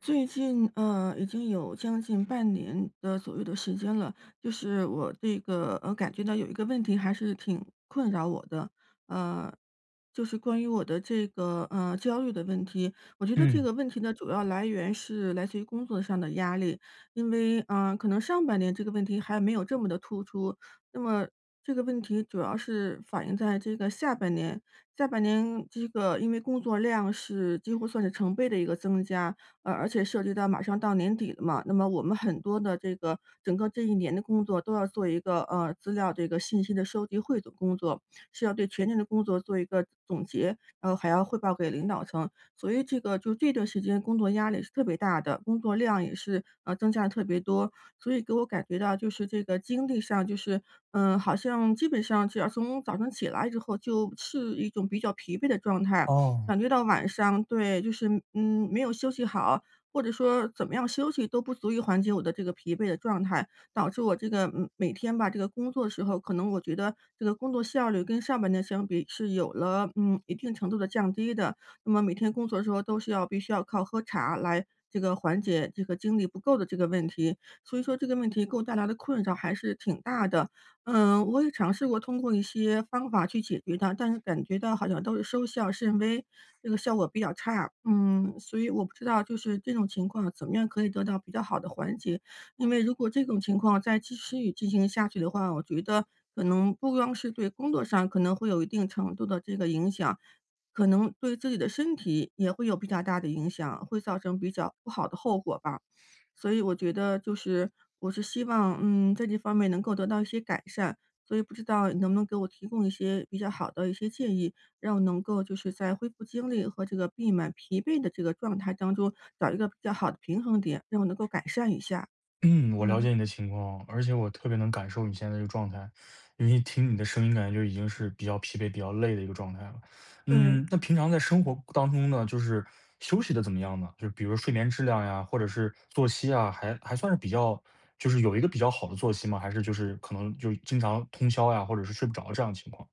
最近，已经有将近半年的左右的时间了，就是我这个，感觉到有一个问题还是挺困扰我的，呃，就是关于我的这个，焦虑的问题。我觉得这嗯，个问题的主要来源是来自于工作上的压力，因为，可能上半年这个问题还没有这么的突出，那么这个问题主要是反映在这个下半年，下半年这个因为工作量是几乎算是成倍的一个增加，而且涉及到马上到年底了嘛，那么我们很多的这个整个这一年的工作都要做一个资料这个信息的收集汇总工作，是要对全年的工作做一个总结，然后还要汇报给领导层，所以这个就这段时间工作压力是特别大的，工作量也是增加的特别多，所以给我感觉到就是这个精力上就是好像基本上只要从早晨起来之后就是一种比较疲惫的状态，哦，感觉到晚上对，就是没有休息好，或者说怎么样休息都不足以缓解我的这个疲惫的状态，导致我这个每天吧，这个工作的时候，可能我觉得这个工作效率跟上半年相比是有了一定程度的降低的。那么每天工作的时候都是要必须要靠喝茶来这个缓解这个精力不够的这个问题，所以说这个问题给我带来的困扰还是挺大的。我也尝试过通过一些方法去解决它，但是感觉到好像都是收效甚微，这个效果比较差。嗯，所以我不知道就是这种情况怎么样可以得到比较好的缓解，因为如果这种情况再继续进行下去的话，我觉得可能不光是对工作上可能会有一定程度的这个影响，可能对自己的身体也会有比较大的影响，会造成比较不好的后果吧。所以我觉得就是我是希望，在这方面能够得到一些改善，所以不知道你能不能给我提供一些比较好的一些建议，让我能够就是在恢复精力和这个避免疲惫的这个状态当中，找一个比较好的平衡点，让我能够改善一下。嗯，我了嗯，解你的情况，而且我特别能感受你现在这个状态，因为听你的声音感觉就已经是比较疲惫、比较累的一个状态了。对。嗯，那平常在生活当中呢，就是休息的怎么样呢？就是比如睡眠质量呀，或者是作息啊，还算是比较，就是有一个比较好的作息吗？还是就是可能就经常通宵呀，或者是睡不着这样的情况？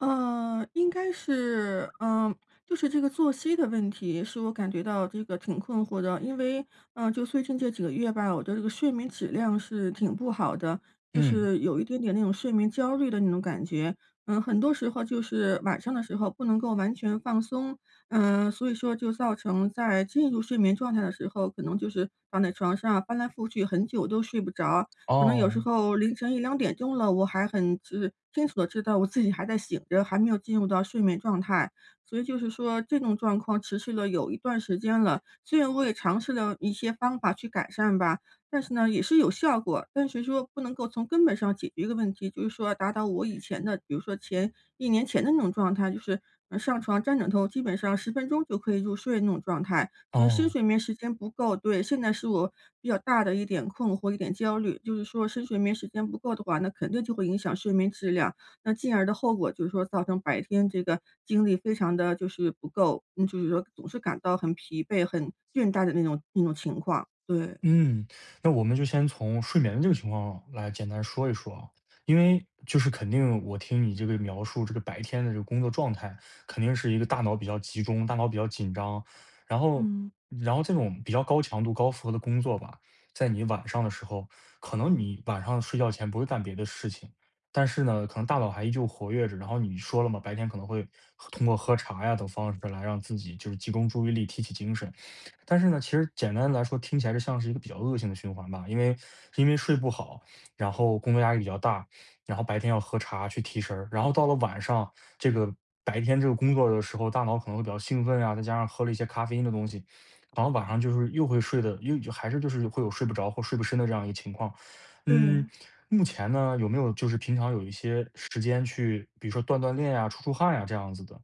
应该是，就是这个作息的问题，是我感觉到这个挺困惑的。因为，就最近这几个月吧，我的这个睡眠质量是挺不好的，就嗯，是有一点点那种睡眠焦虑的那种感觉。很多时候就是晚上的时候不能够完全放松，所以说就造成在进入睡眠状态的时候，可能就是躺在床上翻来覆去很久都睡不着，可能有时哦，候凌晨一两点钟了，我还很知清楚的知道我自己还在醒着，还没有进入到睡眠状态。所以就是说这种状况持续了有一段时间了，虽然我也尝试了一些方法去改善吧，但是呢，也是有效果，但是说不能够从根本上解决一个问题，就是说达到我以前的，比如说前一年前的那种状态，就是上床沾枕头，基本上十分钟就可以入睡那种状态，所以深哦。睡眠时间不够。对，现在是我比较大的一点困惑、一点焦虑，就是说深睡眠时间不够的话，那肯定就会影响睡眠质量，那进而的后果就是说造成白天这个精力非常的就是不够，就是说总是感到很疲惫、很倦怠的那种情况，对。嗯，那我们就先从睡眠的这个情况来简单说一说啊，因为就是肯定我听你这个描述，这个白天的这个工作状态，肯定是一个大脑比较集中，大脑比较紧张，然后嗯。然后这种比较高强度、高负荷的工作吧，在你晚上的时候，可能你晚上睡觉前不会干别的事情，但是呢，可能大脑还依旧活跃着，然后你说了嘛，白天可能会通过喝茶呀等方式来让自己就是集中注意力、提起精神。但是呢，其实简单来说，听起来就像是一个比较恶性的循环吧，因为睡不好，然后工作压力比较大，然后白天要喝茶去提神儿，然后到了晚上，这个白天这个工作的时候，大脑可能会比较兴奋啊，再加上喝了一些咖啡因的东西，然后晚上就是又会睡的，又就还是就是会有睡不着或睡不深的这样一个情况。嗯，对，目前呢，有没有就是平常有一些时间去，比如说锻锻炼呀、出出汗呀这样子的？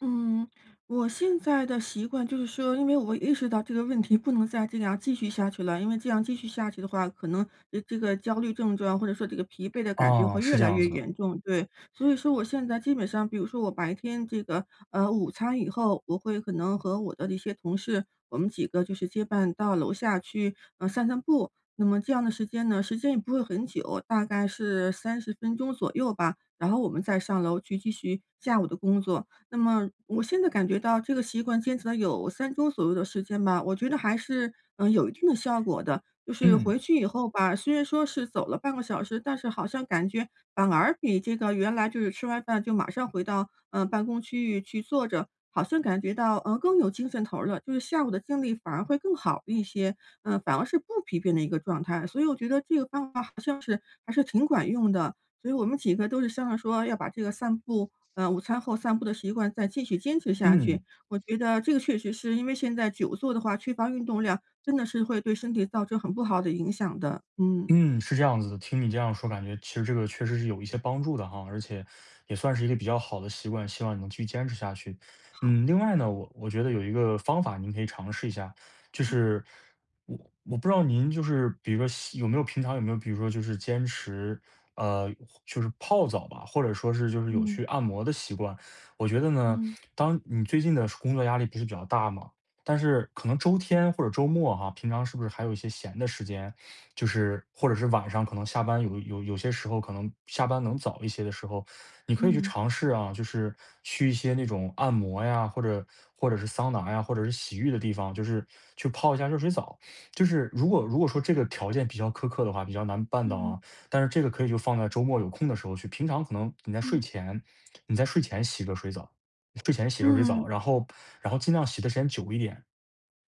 嗯，我现在的习惯就是说，因为我意识到这个问题不能再这样继续下去了，因为这样继续下去的话，可能这个焦虑症状或者说这个疲惫的感觉啊，会越是这来样越子的，严重。对，所以说我现在基本上，比如说我白天这个午餐以后，我会可能和我的一些同事，我们几个就是结伴到楼下去散散步。那么这样的时间呢，时间也不会很久，大概是30分钟左右吧。然后我们再上楼去继续下午的工作。那么我现在感觉到这个习惯坚持了有3周左右的时间吧，我觉得还是，有一定的效果的。就是回嗯去以后吧，虽然说是走了半个小时，但是好像感觉反而比这个原来就是吃完饭就马上回到，办公区域去坐着，好像感觉到，更有精神头儿了，就是下午的精力反而会更好一些，反而是不疲倦的一个状态。所以我觉得这个方法好像是还是挺管用的，所以我们几个都是商量说要把这个散步午餐后散步的习惯再继续坚持下去，嗯。我觉得这个确实是因为现在久坐的话，缺乏运动量，真的是会对身体造成很不好的影响的。嗯，嗯，是这样子的。听你这样说，感觉其实这个确实是有一些帮助的哈，而且也算是一个比较好的习惯，希望你能继续坚持下去。好。嗯，另外呢，我觉得有一个方法您可以尝试一下，就是我我不知道您就是比如说喜有没有平常有没有比如说就是坚持呃就是泡澡吧，或者说是就是有嗯去按摩的习惯。我觉得呢，嗯当你最近的工作压力不是比较大嘛，但是可能周天或者周末哈，平常是不是还有一些闲的时间？就是或者是晚上可能下班有些时候可能下班能早一些的时候，你可以去嗯尝试啊，就是去一些那种按摩呀，或者是桑拿呀，或者是洗浴的地方，就是去泡一下热水澡。就是如果说这个条件比较苛刻的话，比较难办到嗯啊，但是这个可以就放在周末有空的时候去，平常可能你在嗯睡嗯前洗热水澡。睡前洗热水澡，嗯，然后尽量洗的时间久一点，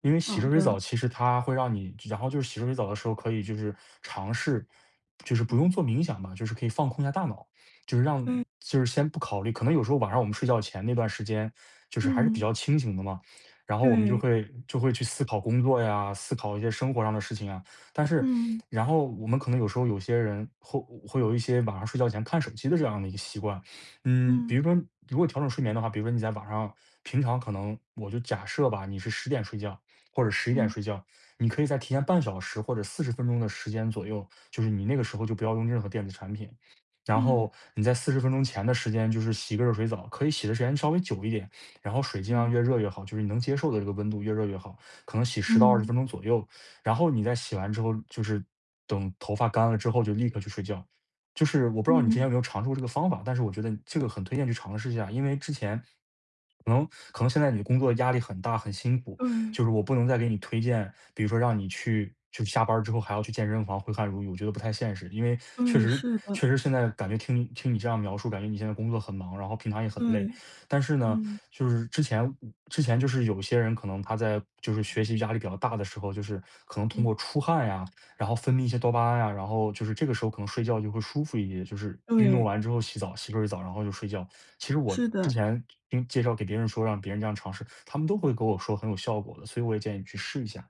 因为洗好热水的。澡其实它会让你然后就是洗热水澡的时候可以就是尝试，就是不用嗯做冥想吧，就是可以放空一下大脑，就是让就是先不考虑可能有时候晚上我们睡觉前那段时间，就是还是比嗯，较清醒的嘛，然后我们就对，会就会去思考工作呀，思考一些生活上的事情啊。但是嗯然后我们可能有时候有些人会有一些晚上睡觉前看手机的这样的一个习惯。嗯，比嗯如说如果调整睡眠的话，比如说你在晚上平常可能我就假设吧，你是10点睡觉，或者11点嗯睡觉，你可以在提前半小时或者四十分钟的时间左右，就是你那个时候就不要用任何电子产品。然嗯后你在四十分钟前的时间就是洗个热水澡，可以洗的时间稍微久一点，然后水尽量嗯越热越好，就是你能接受的这个温度越热越好，可能洗十到二十嗯分钟左右。然后你在洗完之后，就是等头发干了之后就立刻去睡觉。就是我不知道你之前嗯，有没有尝试过这个方法，但是我觉得这个很推荐去尝试一下，因为之前可能可能现在你工作压力很大，很辛苦，对就是我不能再给你推荐，比如说让你去就下班儿之后还要去健身房挥汗如雨，我觉得不太现实。因为确对，实是的，确实现在感觉听你这样描述，感觉你现在工作很忙，然后平常也很对，累。但是呢，嗯就是之前就是有些人可能他在就是学习压力比较大的时候，就是可能通嗯，过出汗呀，然后分泌一些多巴胺啊，然后就是这个时候可能睡觉就会舒服一些，就是运动对，完之后洗澡，洗个水澡，然后就睡觉。其实我是之的。前听介绍给别人说让别人这样尝试，他们都会跟我说很有效果的，所以我也建议你去试一下。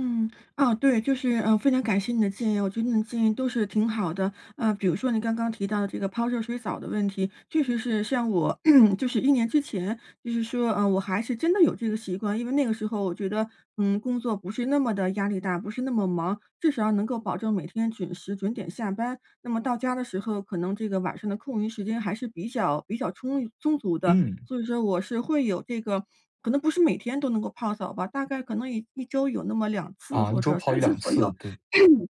嗯，啊，对，就是，非常感谢你的建议，我觉得你的建议都是挺好的。比如说你刚刚提到的这个泡热水澡的问题，确实是像我 就是一年之前，就是说，我还是真的有这个习惯。因为那个时候我觉得，工作不是那么的压力大，不是那么忙，至少能够保证每天准时准点下班。那么到家的时候，可能这个晚上的空余时间还是比较充裕充足的，嗯，所以说我是会有这个可能不是每天都能够泡澡吧，大概可能一周有那么两次啊一或周者跑三一次两左次，右，对，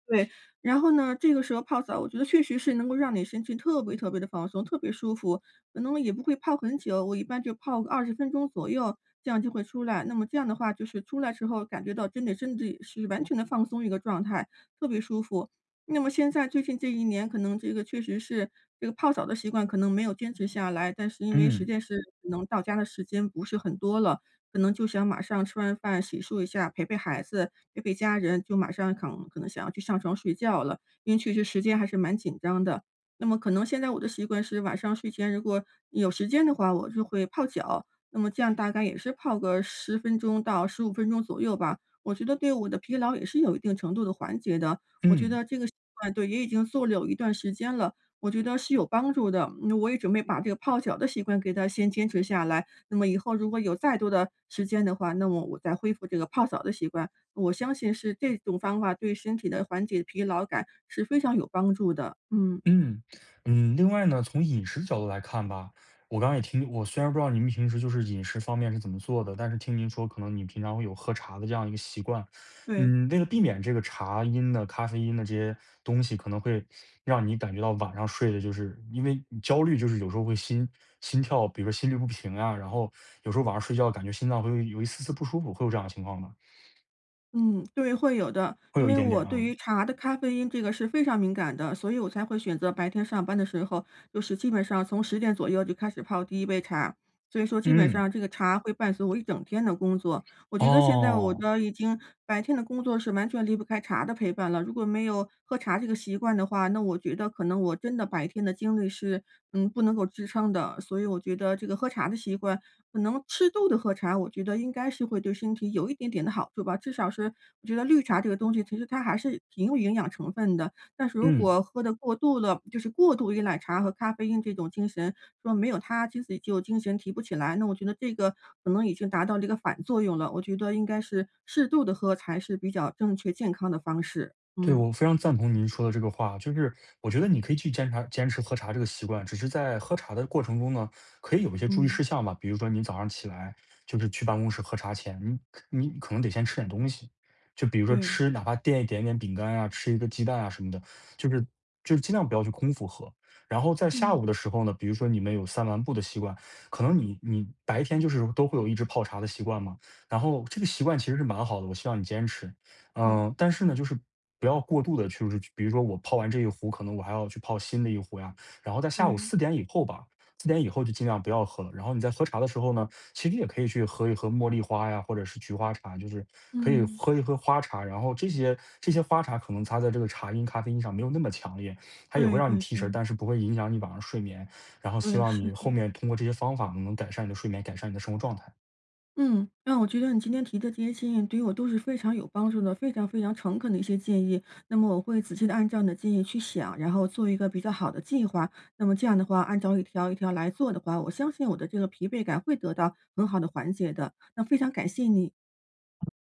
对，然后呢，这个时候泡澡，我觉得确实是能够让你身心特别特别的放松，特别舒服，可能也不会泡很久，我一般就泡个20分钟左右，这样就会出来。那么这样的话，就是出来之后感觉到真的身体是完全的放松一个状态，特别舒服。那么现在最近这一年，可能这个确实是这个泡澡的习惯可能没有坚持下来，但是因为实嗯，在是可能到家的时间不是很多了，可能就想马上吃完饭洗漱一下，陪陪孩子、陪陪家人，就马上可能想要去上床睡觉了，因为确实时间还是蛮紧张的。那么可能现在我的习惯是晚上睡前如果有时间的话，我就会泡脚，那么这样大概也是泡个10分钟到15分钟左右吧，我觉得对我的疲劳也是有一定程度的缓解的。我觉嗯。得这个习惯对，也已经做了有一段时间了，我觉得是有帮助的，那我也准备把这个泡脚的习惯给它先坚持下来，那么以后如果有再多的时间的话，那么我再恢复这个泡澡的习惯，我相信是这种方法对身体的缓解疲劳感是非常有帮助的。嗯，嗯，嗯，另外呢，从饮食角度来看吧，我刚刚也听我虽然不知道您平时就是饮食方面是怎么做的，但是听您说可能你平常会有喝茶的这样一个习惯。对，嗯，为了避免这个茶因的、咖啡因的这些东西可能会让你感觉到晚上睡的就是因为你焦虑，就是有时候会心心跳，比如说心律不平啊，然后有时候晚上睡觉感觉心脏会有一丝丝不舒服，会有这样的情况吗？嗯，对，会有的。会因有一为点点我对啊。于茶的咖啡因这个是非常敏感的，所以我才会选择白天上班的时候，就是基本上从10点左右就开始泡第一杯茶。所以说基本上嗯，这个茶会伴随我一整天的工作，我觉得现在我哦，的已经白天的工作是完全离不开茶的陪伴了，如果没有喝茶这个习惯的话，那我觉得可能我真的白天的精力是，不能够支撑的。所以我觉得这个喝茶的习惯，可能适度的喝茶，我觉得应该是会对身体有一点点的好处吧。至少是我觉得绿茶这个东西，其实它还是挺有营养成分的，但是如嗯。果喝的过度了，就是过度依赖茶和咖啡因这种精神，说没有它其实就精神提不起来，那我觉得这个可能已经达到了一个反作用了。我觉得应该是适度的喝才是比较正确健康的方式。对，嗯。我非常赞同您说的这个话，就是我觉得你可以去坚持喝茶这个习惯，只是在喝茶的过程中呢，可以有一些注意嗯，事项吧，比如说你早上起来就是去办公室喝茶前，你可能得先吃点东西，就比如说对，吃哪怕垫一点点饼干啊，吃一个鸡蛋啊什么的，就是就是尽量不要去空腹喝。然后在下嗯，午的时候呢，比如说你们有散完步的习惯，可能你白天就是都会有一直泡茶的习惯嘛，然后这个习惯其实是蛮好的，我希望你坚持。好。嗯，但是呢，就是不要过度的，就是比如说我泡完这一壶，可能我还要去泡新的一壶呀，然后在下午对，四点以后吧四点以后就尽量不要喝了。然后你在喝茶的时候呢，其实也可以去喝一喝茉莉花呀，或者是菊花茶，就是可以嗯。喝一喝花茶。然后这些花茶可能它在这个茶因、咖啡因上没有那么强烈，它也会对让你对提对，神儿，但是不会影响你晚上睡眠。然后希对，望是你后的。面通过这些方法能改善你的睡眠，改善你的生活状态。嗯，那我觉得你今天提的这些建议对于我都是非常有帮助的，非常非常诚恳的一些建议。那么我会仔细的按照你的建议去想，然后做一个比较好的计划。那么这样的话，按照一条一条来做的话，我相信我的这个疲惫感会得到很好的缓解的。那非常感谢你。